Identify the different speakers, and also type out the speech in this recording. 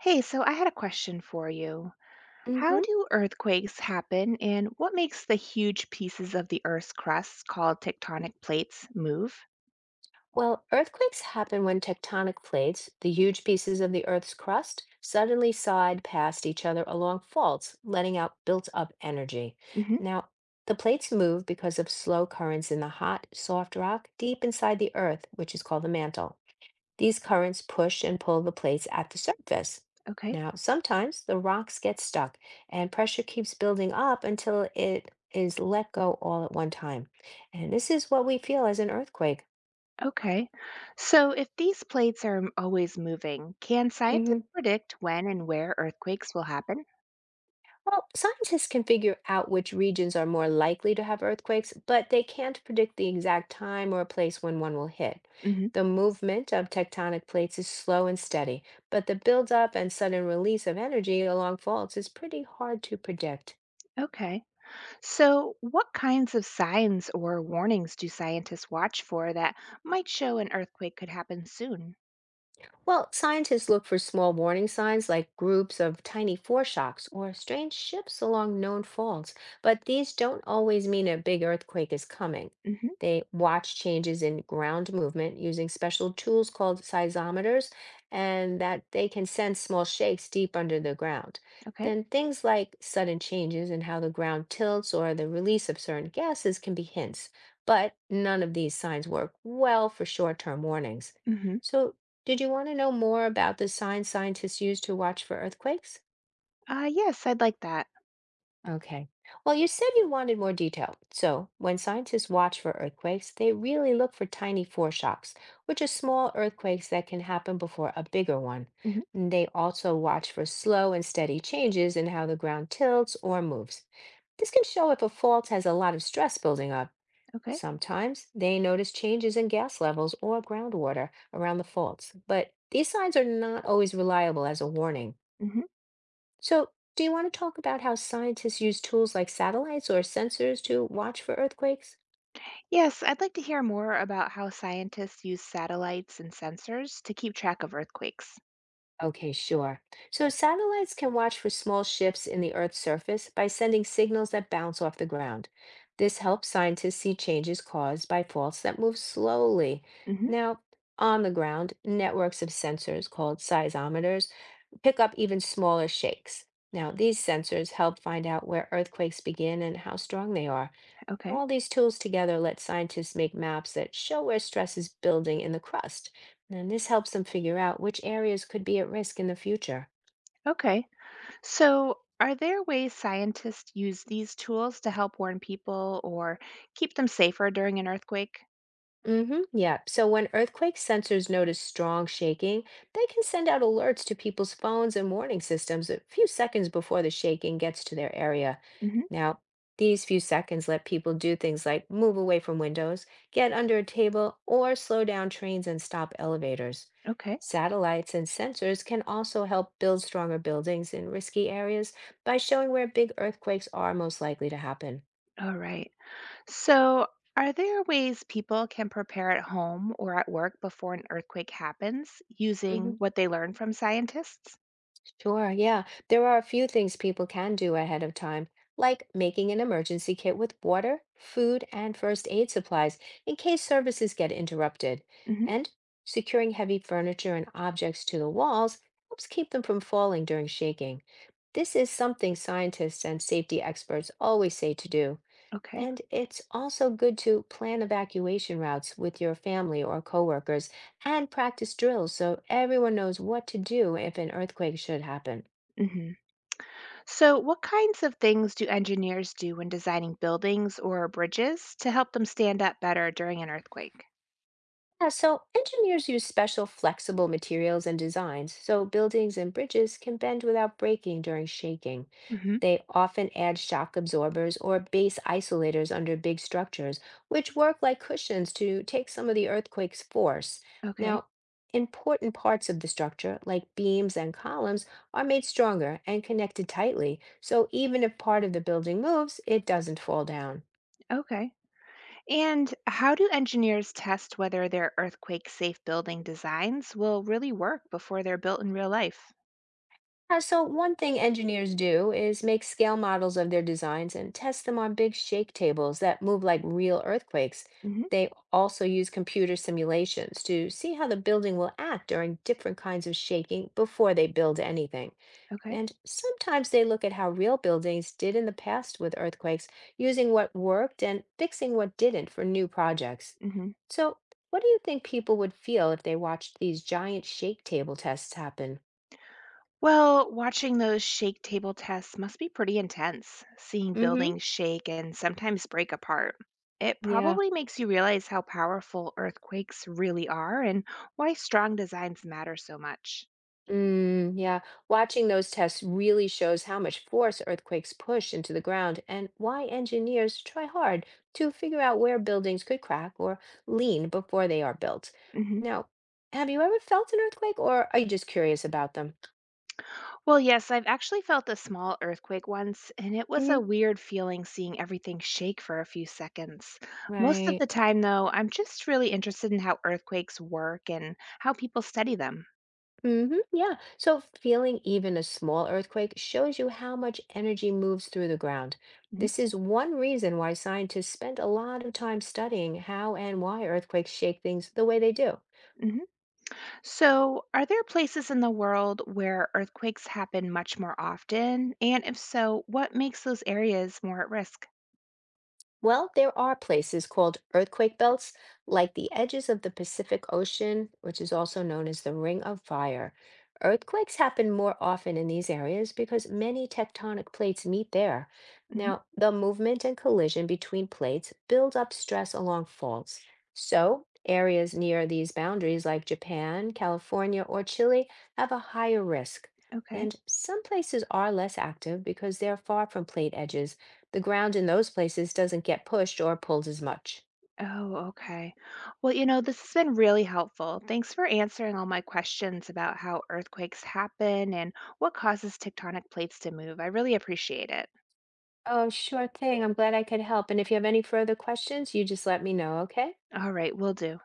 Speaker 1: Hey, so I had a question for you. How
Speaker 2: Hmm.
Speaker 1: do earthquakes happen, and what makes the huge pieces of the Earth's crust called tectonic plates move?
Speaker 2: Well, earthquakes happen when tectonic plates, the huge pieces of the Earth's crust, suddenly side past each other along faults, letting out built-up energy.
Speaker 1: hmm
Speaker 2: Now, the plates move because of slow currents in the hot, soft rock deep inside the Earth, which is called the mantle. These currents push and pull the plates at the surface.
Speaker 1: Okay.
Speaker 2: Now, sometimes the rocks get stuck, and pressure keeps building up until it is let go all at one time. And this is what we feel as an earthquake.
Speaker 1: Okay. So if these plates are always moving, can scientists
Speaker 2: Hmm.
Speaker 1: predict when and where earthquakes will happen?
Speaker 2: Well, scientists can figure out which regions are more likely to have earthquakes, but they can't predict the exact time or place when one will hit.
Speaker 1: hmm
Speaker 2: The movement of tectonic plates is slow and steady, but the buildup and sudden release of energy along faults is pretty hard to predict.
Speaker 1: Okay. So what kinds of signs or warnings do scientists watch for that might show an earthquake could happen soon?
Speaker 2: Well, scientists look for small warning signs like groups of tiny foreshocks or strange ships along known faults, but these don't always mean a big earthquake is coming.
Speaker 1: hmm
Speaker 2: They watch changes in ground movement using special tools called seismometers, and that they can sense small shakes deep under the ground.
Speaker 1: Okay.
Speaker 2: Then things like sudden changes in how the ground tilts or the release of certain gases can be hints, but none of these signs work well for short-term warnings.
Speaker 1: hmm
Speaker 2: So, did you want to know more about the signs scientists use to watch for earthquakes?
Speaker 1: Yes, I'd like that.
Speaker 2: Okay. Well, you said you wanted more detail. So, when scientists watch for earthquakes, they really look for tiny foreshocks, which are small earthquakes that can happen before a bigger one.
Speaker 1: hmm
Speaker 2: And they also watch for slow and steady changes in how the ground tilts or moves. This can show if a fault has a lot of stress building up.
Speaker 1: Okay.
Speaker 2: Sometimes they notice changes in gas levels or groundwater around the faults, but these signs are not always reliable as a warning.
Speaker 1: Mhm.
Speaker 2: So, do you want to talk about how scientists use tools like satellites or sensors to watch for earthquakes?
Speaker 1: Yes, I'd like to hear more about how scientists use satellites and sensors to keep track of earthquakes.
Speaker 2: Okay, sure. So, satellites can watch for small shifts in the Earth's surface by sending signals that bounce off the ground. This helps scientists see changes caused by faults that move slowly.
Speaker 1: hmm
Speaker 2: Now, on the ground, networks of sensors called seismometers pick up even smaller shakes. Now, these sensors help find out where earthquakes begin and how strong they are. All
Speaker 1: Okay.
Speaker 2: these tools together let scientists make maps that show where stress is building in the crust. And this helps them figure out which areas could be at risk in the future.
Speaker 1: Okay. So, are there ways scientists use these tools to help warn people or keep them safer during an earthquake?
Speaker 2: Mm-hmm. Yeah. So when earthquake sensors notice strong shaking, they can send out alerts to people's phones and warning systems a few seconds before the shaking gets to their area.
Speaker 1: hmm
Speaker 2: Now, these few seconds let people do things like move away from windows, get under a table, or slow down trains and stop elevators.
Speaker 1: Okay.
Speaker 2: Satellites and sensors can also help build stronger buildings in risky areas by showing where big earthquakes are most likely to happen.
Speaker 1: All right. So, are there ways people can prepare at home or at work before an earthquake happens using
Speaker 2: Mhm.
Speaker 1: what they learn from scientists?
Speaker 2: Sure, yeah. There are a few things people can do ahead of time, like making an emergency kit with water, food, and first aid supplies in case services get interrupted.
Speaker 1: hmm
Speaker 2: And securing heavy furniture and objects to the walls helps keep them from falling during shaking. This is something scientists and safety experts always say to do.
Speaker 1: Okay.
Speaker 2: And it's also good to plan evacuation routes with your family or coworkers and practice drills so everyone knows what to do if an earthquake should happen.
Speaker 1: hmm So, what kinds of things do engineers do when designing buildings or bridges to help them stand up better during an earthquake?
Speaker 2: Yeah, so engineers use special flexible materials and designs so buildings and bridges can bend without breaking during shaking.
Speaker 1: hmm
Speaker 2: They often add shock absorbers or base isolators under big structures, which work like cushions to take some of the earthquake's force.
Speaker 1: Okay.
Speaker 2: Now, important parts of the structure, like beams and columns, are made stronger and connected tightly, so even if part of the building moves, it doesn't fall down.
Speaker 1: Okay. And how do engineers test whether their earthquake safe building designs will really work before they're built in real life?
Speaker 2: So one thing engineers do is make scale models of their designs and test them on big shake tables that move like real earthquakes.
Speaker 1: hmm
Speaker 2: They also use computer simulations to see how the building will act during different kinds of shaking before they build anything.
Speaker 1: Okay.
Speaker 2: And sometimes they look at how real buildings did in the past with earthquakes, using what worked and fixing what didn't for new projects.
Speaker 1: hmm
Speaker 2: So, what do you think people would feel if they watched these giant shake table tests happen?
Speaker 1: Well, watching those shake table tests must be pretty intense, seeing
Speaker 2: Mm-hmm.
Speaker 1: buildings shake and sometimes break apart. It
Speaker 2: Yeah.
Speaker 1: probably makes you realize how powerful earthquakes really are and why strong designs matter so much.
Speaker 2: Mm, yeah, watching those tests really shows how much force earthquakes push into the ground and why engineers try hard to figure out where buildings could crack or lean before they are built.
Speaker 1: hmm
Speaker 2: Now, have you ever felt an earthquake or are you just curious about them?
Speaker 1: Well, yes, I've actually felt a small earthquake once, and it was
Speaker 2: Hmm.
Speaker 1: a weird feeling seeing everything shake for a few seconds. Most of
Speaker 2: Right.
Speaker 1: the time, though, I'm just really interested in how earthquakes work and how people study them.
Speaker 2: Mm-hmm. Yeah. So feeling even a small earthquake shows you how much energy moves through the ground.
Speaker 1: hmm
Speaker 2: This is one reason why scientists spend a lot of time studying how and why earthquakes shake things the way they do.
Speaker 1: So, are there places in the world where earthquakes happen much more often? And if so, what makes those areas more at risk?
Speaker 2: Well, there are places called earthquake belts, like the edges of the Pacific Ocean, which is also known as the Ring of Fire. Earthquakes happen more often in these areas because many tectonic plates meet there.
Speaker 1: hmm
Speaker 2: Now, the movement and collision between plates build up stress along faults. So, areas near these boundaries, like Japan, California, or Chile, have a higher risk.
Speaker 1: Okay.
Speaker 2: And some places are less active because they're far from plate edges. The ground in those places doesn't get pushed or pulled as much.
Speaker 1: Oh, okay. Well, this has been really helpful. Thanks for answering all my questions about how earthquakes happen and what causes tectonic plates to move. I really appreciate it.
Speaker 2: Oh, sure thing. I'm glad I could help. And if you have any further questions, you just let me know, okay?
Speaker 1: All right, will do.